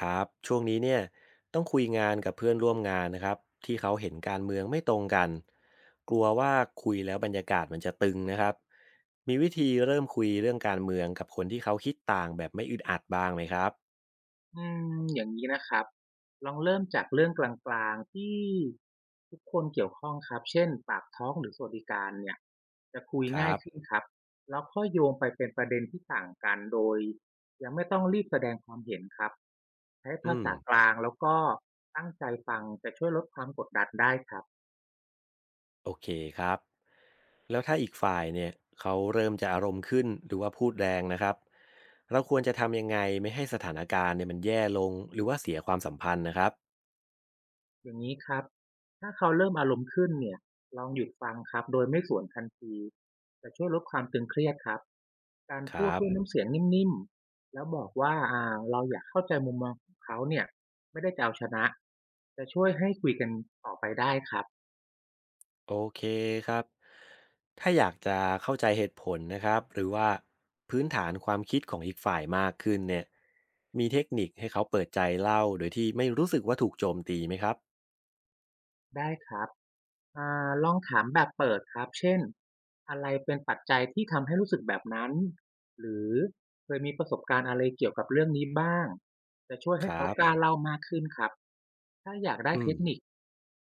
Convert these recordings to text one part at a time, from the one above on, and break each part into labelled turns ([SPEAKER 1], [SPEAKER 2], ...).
[SPEAKER 1] ครับช่วงนี้เนี่ยต้องคุยงานกับเพื่อนร่วมงานนะครับที่เขาเห็นการเมืองไม่ตรงกันกลัวว่าคุยแล้วบรรยากาศมันจะตึงนะครับมีวิธีเริ่มคุยเรื่องการเมืองกับคนที่เขาคิดต่างแบบไม่อึดอัดบ้างไหมครับ
[SPEAKER 2] อืมอย่างนี้นะครับลองเริ่มจากเรื่องกลางๆที่ทุกคนเกี่ยวข้องครับเช่นปากท้องหรือสวัสดิการเนี่ยจะคุย
[SPEAKER 1] ค
[SPEAKER 2] ง่า
[SPEAKER 1] รั
[SPEAKER 2] ย
[SPEAKER 1] บ
[SPEAKER 2] ขึ้นครับแล้วค่อยโยงไปเป็นประเด็นที่ต่างกันโดยยังไม่ต้องรีบแสดงความเห็นครับใช้ภา
[SPEAKER 1] อืม
[SPEAKER 2] ษากลางแล้วก็ตั้งใจฟังจะช่วยลดความกดดันได้ครับ
[SPEAKER 1] โอเคครับแล้วถ้าอีกฝ่ายเนี่ยเขาเริ่มจะอารมณ์ขึ้นหรือว่าพูดแรงนะครับเราควรจะทำยังไงไม่ให้สถานการณ์เนี่ยมันแย่ลงหรือว่าเสียความสัมพันธ์นะครับ
[SPEAKER 2] อย่างนี้ครับ ถ้าเขาเริ่มอารมณ์ขึ้นเนี่ย ลองหยุดฟังครับ โดยไม่สวนทันที จะช่วยลดความตึงเครียดครับ การ
[SPEAKER 1] ค
[SPEAKER 2] พูด
[SPEAKER 1] รับ
[SPEAKER 2] ด้วยน้ำเสียงนิ่มๆ แล้วบอกว่าเราอยากเข้าใจมุมมองของเขาเนี่ย ไม่ได้จะเอาชนะ จะช่วยให้คุยกันต่อไปได้ครับ
[SPEAKER 1] โอเคครับถ้าอยากจะเข้าใจเหตุผลนะครับหรือว่าพื้นฐานความคิดของอีกฝ่ายมากขึ้นเนี่ยมีเทคนิคให้เขาเปิดใจเล่าโดยที่ไม่รู้สึกว่าถูกโจมตีไหมครับ
[SPEAKER 2] ได้ครับ ลองถามแบบเปิดครับเช่นอะไรเป็นปัจจัยที่ทำให้รู้สึกแบบนั้นหรือเคยมีประสบการณ์อะไรเกี่ยวกับเรื่องนี้บ้างจะช่วย
[SPEAKER 1] ค
[SPEAKER 2] ให้
[SPEAKER 1] รั
[SPEAKER 2] เขากล้า
[SPEAKER 1] บ
[SPEAKER 2] เล่ามากขึ้นครับถ้าอยากได้
[SPEAKER 1] อื
[SPEAKER 2] เท
[SPEAKER 1] ม
[SPEAKER 2] คนิค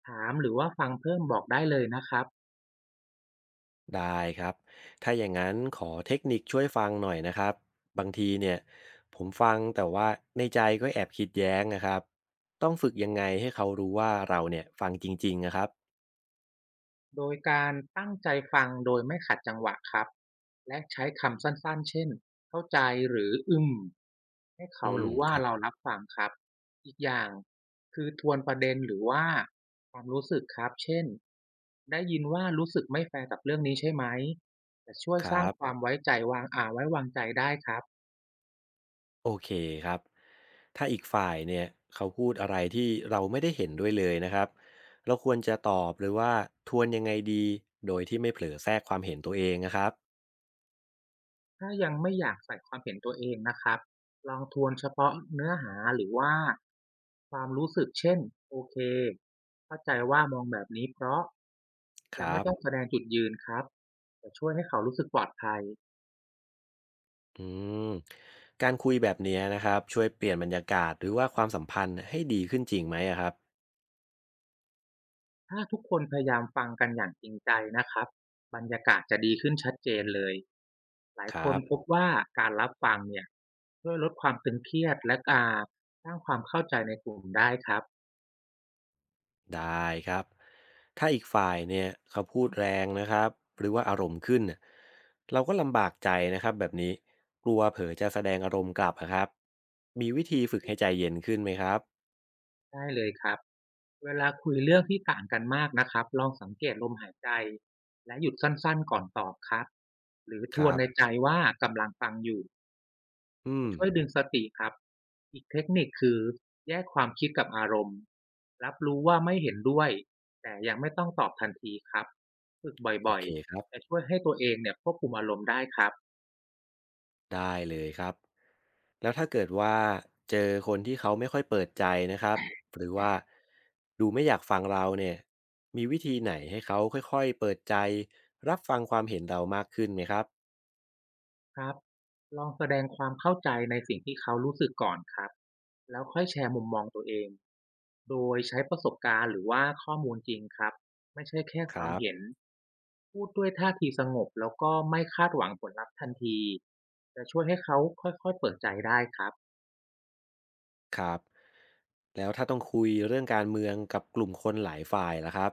[SPEAKER 2] ถามหรือว่าฟังเพิ่มบอกได้เลยนะครับ
[SPEAKER 1] ได้ครับ ถ้าอย่างนั้นขอเทคนิคช่วยฟังหน่อยนะครับ บางทีเนี่ยผมฟังแต่ว่าในใจก็แอบคิดแย้งนะครับ ต้องฝึกยังไงให้เขารู้ว่าเราเนี่ยฟังจริงๆนะครับ
[SPEAKER 2] โดยการตั้งใจฟังโดยไม่ขัดจังหวะครับและใช้คำสั้นๆเช่น เข้าใจหรืออึมให้
[SPEAKER 1] อื
[SPEAKER 2] เขา
[SPEAKER 1] ม
[SPEAKER 2] รู้ว่า
[SPEAKER 1] ครับ
[SPEAKER 2] เรารับฟังครับอีกอย่างคือทวนประเด็นหรือว่าความรู้สึกครับเช่นได้ยินว่ารู้สึกไม่แฟร์กับเรื่องนี้ใช่ไหมจะช่วย
[SPEAKER 1] ค
[SPEAKER 2] สร้า
[SPEAKER 1] รั
[SPEAKER 2] งความ
[SPEAKER 1] บ
[SPEAKER 2] ไว้ใจวางไว้วางใจได้ครับ
[SPEAKER 1] โอเคครับ ถ้าอีกฝ่ายเนี่ยเขาพูดอะไรที่เราไม่ได้เห็นด้วยเลยนะครับ เราควรจะตอบหรือว่าทวนยังไงดีโดยที่ไม่เผลอแทรกความเห็นตัวเองนะครับ
[SPEAKER 2] ถ้ายังไม่อยากใส่ความเห็นตัวเองนะครับลองทวนเฉพาะเนื้อหาหรือว่าความรู้สึกเช่นโอเคเข้าใจว่ามองแบบนี้เพราะ
[SPEAKER 1] ค
[SPEAKER 2] ยัง
[SPEAKER 1] รั
[SPEAKER 2] ไม่
[SPEAKER 1] บ
[SPEAKER 2] ต้องแสดงจุดยืนครับแต่ช่วยให้เขารู้สึกปลอดภัย
[SPEAKER 1] อืมการคุยแบบเนี้ยนะครับช่วยเปลี่ยนบรรยากาศหรือว่าความสัมพันธ์ให้ดีขึ้นจริงไหมอะครับ
[SPEAKER 2] ถ้าทุกคนพยายามฟังกันอย่างจริงใจนะครับบรรยากาศจะดีขึ้นชัดเจนเลยหลาย
[SPEAKER 1] ค
[SPEAKER 2] ค
[SPEAKER 1] รั
[SPEAKER 2] น
[SPEAKER 1] บ
[SPEAKER 2] พบว่าการรับฟังเนี่ยช่วยลดความตึงเครียดและการสร้างความเข้าใจในกลุ่มได้ครับ
[SPEAKER 1] ได้ครับถ้าอีกฝ่ายเนี่ยเขาพูดแรงนะครับหรือว่าอารมณ์ขึ้นน่ะเราก็ลำบากใจนะครับแบบนี้กลัวเผลอจะแสดงอารมณ์กลับอะครับมีวิธีฝึกให้ใจเย็นขึ้นไหมครับ
[SPEAKER 2] ได้เลยครับ เวลาคุยเรื่องที่ต่างกันมากนะครับลองสังเกตลมหายใจและหยุดสั้นๆก่อนตอบครับหรือท
[SPEAKER 1] ค
[SPEAKER 2] วน
[SPEAKER 1] รับ
[SPEAKER 2] ในใจว่ากำลังฟังอยู่
[SPEAKER 1] อื
[SPEAKER 2] จะ
[SPEAKER 1] ม
[SPEAKER 2] ช่วยดึงสติครับอีกเทคนิคคือแยกความคิดกับอารมณ์รับรู้ว่าไม่เห็นด้วยแต่ยังไม่ต้องตอบทันทีครับฝึก
[SPEAKER 1] โอ
[SPEAKER 2] บ่อย
[SPEAKER 1] เคครับ
[SPEAKER 2] ๆจะช่วยให้ตัวเองเนี่ยควบคุมอารมณ์ได้ครับ
[SPEAKER 1] ได้เลยครับแล้วถ้าเกิดว่าเจอคนที่เขาไม่ค่อยเปิดใจนะครับหรือว่าดูไม่อยากฟังเราเนี่ยมีวิธีไหนให้เขาค่อยๆเปิดใจรับฟังความเห็นเรามากขึ้นไหมครับ
[SPEAKER 2] ครับลองแสดงความเข้าใจในสิ่งที่เขารู้สึกก่อนครับแล้วค่อยแชร์มุมมองตัวเองโดยใช้ประสบการณ์หรือว่าข้อมูลจริงครับไม่ใช่แค่
[SPEAKER 1] ค
[SPEAKER 2] ความ
[SPEAKER 1] รับ
[SPEAKER 2] เห็น พูดด้วยท่าทีสงบแล้วก็ไม่คาดหวังผลลัพธ์ทันทีจะช่วยให้เขาค่อยๆเปิดใจได้ครับ
[SPEAKER 1] ครับแล้วถ้าต้องคุยเรื่องการเมืองกับกลุ่มคนหลายฝ่ายล่ะครับ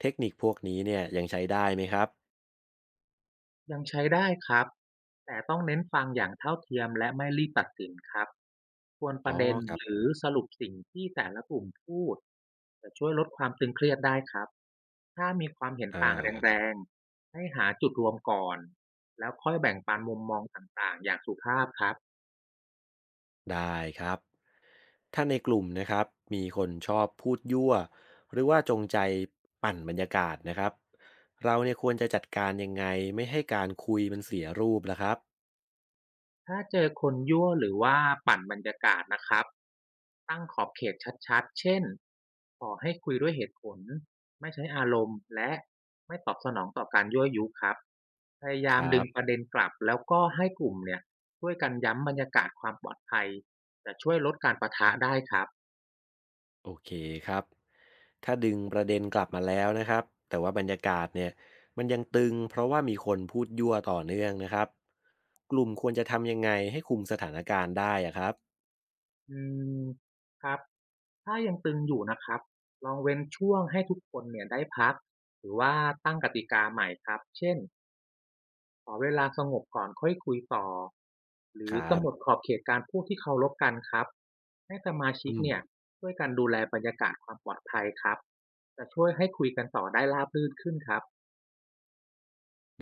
[SPEAKER 1] เทคนิคพวกนี้เนี่ยยังใช้ได้ไหมครับ
[SPEAKER 2] ยังใช้ได้ครับ แต่ต้องเน้นฟังอย่างเท่าเทียมและไม่รีบตัดสินครับควรป
[SPEAKER 1] อ๋อ
[SPEAKER 2] ระเด็น
[SPEAKER 1] ครับ
[SPEAKER 2] หรือสรุปสิ่งที่แต่ละกลุ่มพูดจะช่วยลดความตึงเครียดได้ครับ ถ้ามีความเห็น
[SPEAKER 1] อ่
[SPEAKER 2] ต่างแร
[SPEAKER 1] า
[SPEAKER 2] งๆให้หาจุดรวมก่อนแล้วค่อยแบ่งปันมุมมองต่างๆอย่างสุภาพครับ
[SPEAKER 1] ได้ครับถ้าในกลุ่มนะครับมีคนชอบพูดยั่วหรือว่าจงใจปั่นบรรยากาศนะครับเราเนี่ยควรจะจัดการยังไงไม่ให้การคุยมันเสียรูปล่ะครับ
[SPEAKER 2] ถ้าเจอคนยั่วหรือว่าปั่นบรรยากาศนะครับตั้งขอบเขตชัดๆเช่นขอให้คุยด้วยเหตุผลไม่ใช้อารมณ์และไม่ตอบสนองต่อการยั่วยุครับพยา
[SPEAKER 1] ค
[SPEAKER 2] ยาม
[SPEAKER 1] รั
[SPEAKER 2] ดึงประ
[SPEAKER 1] บ
[SPEAKER 2] เด็นกลับแล้วก็ให้กลุ่มเนี่ยช่วยกันย้ำบรรยากาศความปลอดภัยจะช่วยลดการปะทะได้ครับ
[SPEAKER 1] โอเคครับ ถ้าดึงประเด็นกลับมาแล้วนะครับแต่ว่าบรรยากาศเนี่ยมันยังตึงเพราะว่ามีคนพูดยั่วต่อเนื่องนะครับกลุ่มควรจะทำยังไงให้คุมสถานการณ์ได้อะครับ
[SPEAKER 2] อืมครับถ้ายังตึงอยู่นะครับลองเว้นช่วงให้ทุกคนเนี่ยได้พักหรือว่าตั้งกติกาใหม่ครับเช่นขอเวลาสงบก่อนค่อยคุยต่อหรื
[SPEAKER 1] ค
[SPEAKER 2] อ
[SPEAKER 1] รั
[SPEAKER 2] กำ
[SPEAKER 1] บ
[SPEAKER 2] หนดขอบเขตการพูดที่เคารพกันครับให้สมาชิ
[SPEAKER 1] อื
[SPEAKER 2] ก
[SPEAKER 1] ม
[SPEAKER 2] เนี่ยช่วยกันดูแลบรรยากาศความปลอดภัยครับจะช่วยให้คุยกันต่อได้ราบรื่นขึ้นครับ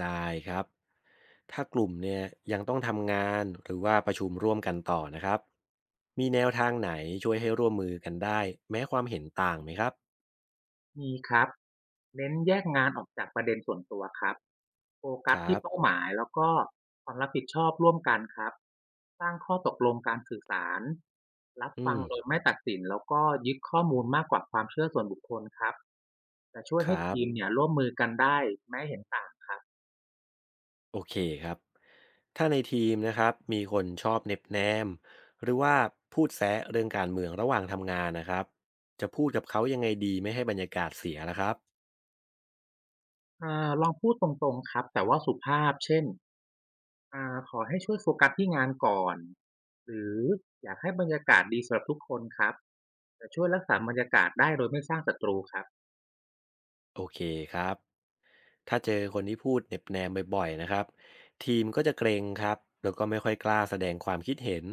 [SPEAKER 1] ได้ครับถ้ากลุ่มเนี่ยยังต้องทำงานหรือว่าประชุมร่วมกันต่อนะครับมีแนวทางไหนช่วยให้ร่วมมือกันได้แม้ความเห็นต่างไหมครับ
[SPEAKER 2] มีครับเน้นแยกงานออกจากประเด็นส่วนตัวครับโฟกั
[SPEAKER 1] ค
[SPEAKER 2] ส
[SPEAKER 1] รั
[SPEAKER 2] ที่เป้า
[SPEAKER 1] บ
[SPEAKER 2] หมายแล้วก็ความรับผิดชอบร่วมกันครับสร้างข้อตกลงการสื่อสารรับ
[SPEAKER 1] อื
[SPEAKER 2] ฟัง
[SPEAKER 1] ม
[SPEAKER 2] โดยไม่ตัดสินแล้วก็ยึดข้อมูลมากกว่าความเชื่อส่วนบุคคลครับจะช่วย
[SPEAKER 1] ค
[SPEAKER 2] ให้
[SPEAKER 1] รั
[SPEAKER 2] ทีม
[SPEAKER 1] บ
[SPEAKER 2] เนี่ยร่วมมือกันได้แม้เห็นต่างครับ
[SPEAKER 1] โอเคครับ ถ้าในทีมนะครับมีคนชอบเน็บแนมหรือว่าพูดแซะเรื่องการเมืองระหว่างทำงานนะครับจะพูดกับเขายังไงดีไม่ให้บรรยากาศเสียนะครับ
[SPEAKER 2] ลองพูดตรงๆครับแต่ว่าสุภาพเช่น ขอให้ช่วยโฟกัสที่งานก่อนหรืออยากให้บรรยากาศดีสำหรับทุกคนครับจะช่วยรักษาบรรยากาศได้โดยไม่สร้างศัตรูครับ
[SPEAKER 1] โอเคครับถ้าเจอคนที่พูดเหน็บแนมบ่อยๆนะครับทีมก็จะเกรงครับแล้วก็ไม่ค่อยกล้าแสดงความคิดเห็น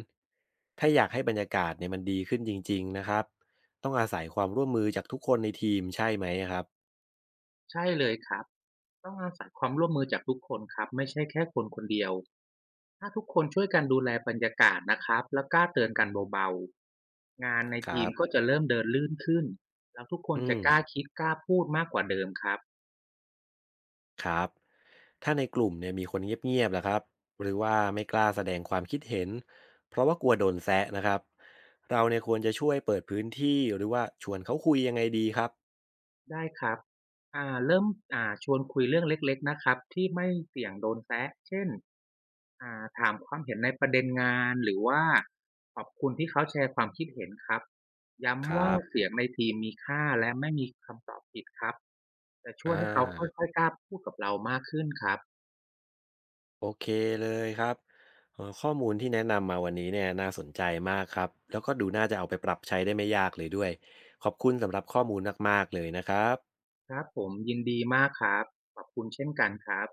[SPEAKER 1] ถ้าอยากให้บรรยากาศเนี่ยมันดีขึ้นจริงๆนะครับต้องอาศัยความร่วมมือจากทุกคนในทีมใช่ไหมครับ
[SPEAKER 2] ใช่เลยครับต้องอาศัยความร่วมมือจากทุกคนครับไม่ใช่แค่คนคนเดียวถ้าทุกคนช่วยกันดูแลบรรยากาศนะครับแล้วกล้าเตือนกันเบาๆงานใน
[SPEAKER 1] ครั
[SPEAKER 2] ทีมก็
[SPEAKER 1] บ
[SPEAKER 2] จะเริ่มเดินลื่นขึ้นแล้วทุกคน
[SPEAKER 1] อื
[SPEAKER 2] จะ
[SPEAKER 1] ม
[SPEAKER 2] กล้าคิดกล้าพูดมากกว่าเดิมครับ
[SPEAKER 1] ครับถ้าในกลุ่มเนี่ยมีคนเงียบๆล่ะครับหรือว่าไม่กล้าแสดงความคิดเห็นเพราะว่ากลัวโดนแซะนะครับเราเนี่ยควรจะช่วยเปิดพื้นที่หรือว่าชวนเขาคุยยังไงดีครับ
[SPEAKER 2] ได้ครับอ่าเริ่มอ่าชวนคุยเรื่องเล็กๆนะครับที่ไม่เสี่ยงโดนแซะเช่นถามความเห็นในประเด็นงานหรือว่าขอบคุณที่เขาแชร์ความคิดเห็นครับ
[SPEAKER 1] ค
[SPEAKER 2] ย้ำว่า
[SPEAKER 1] รับ
[SPEAKER 2] เสียงในทีมมีค่าและไม่มีคำตอบผิดครับจะช่ว
[SPEAKER 1] อ่
[SPEAKER 2] ยให้เขาค่
[SPEAKER 1] า
[SPEAKER 2] อยๆกล้าพูดกับเรามากขึ้นครับ
[SPEAKER 1] โอเคเลยครับข้อมูลที่แนะนำมาวันนี้เนี่ยน่าสนใจมากครับแล้วก็ดูน่าจะเอาไปปรับใช้ได้ไม่ยากเลยด้วยขอบคุณสำหรับข้อมูลมากๆเลยนะครับ
[SPEAKER 2] ครับผมยินดีมากครับขอบคุณเช่นกันครับ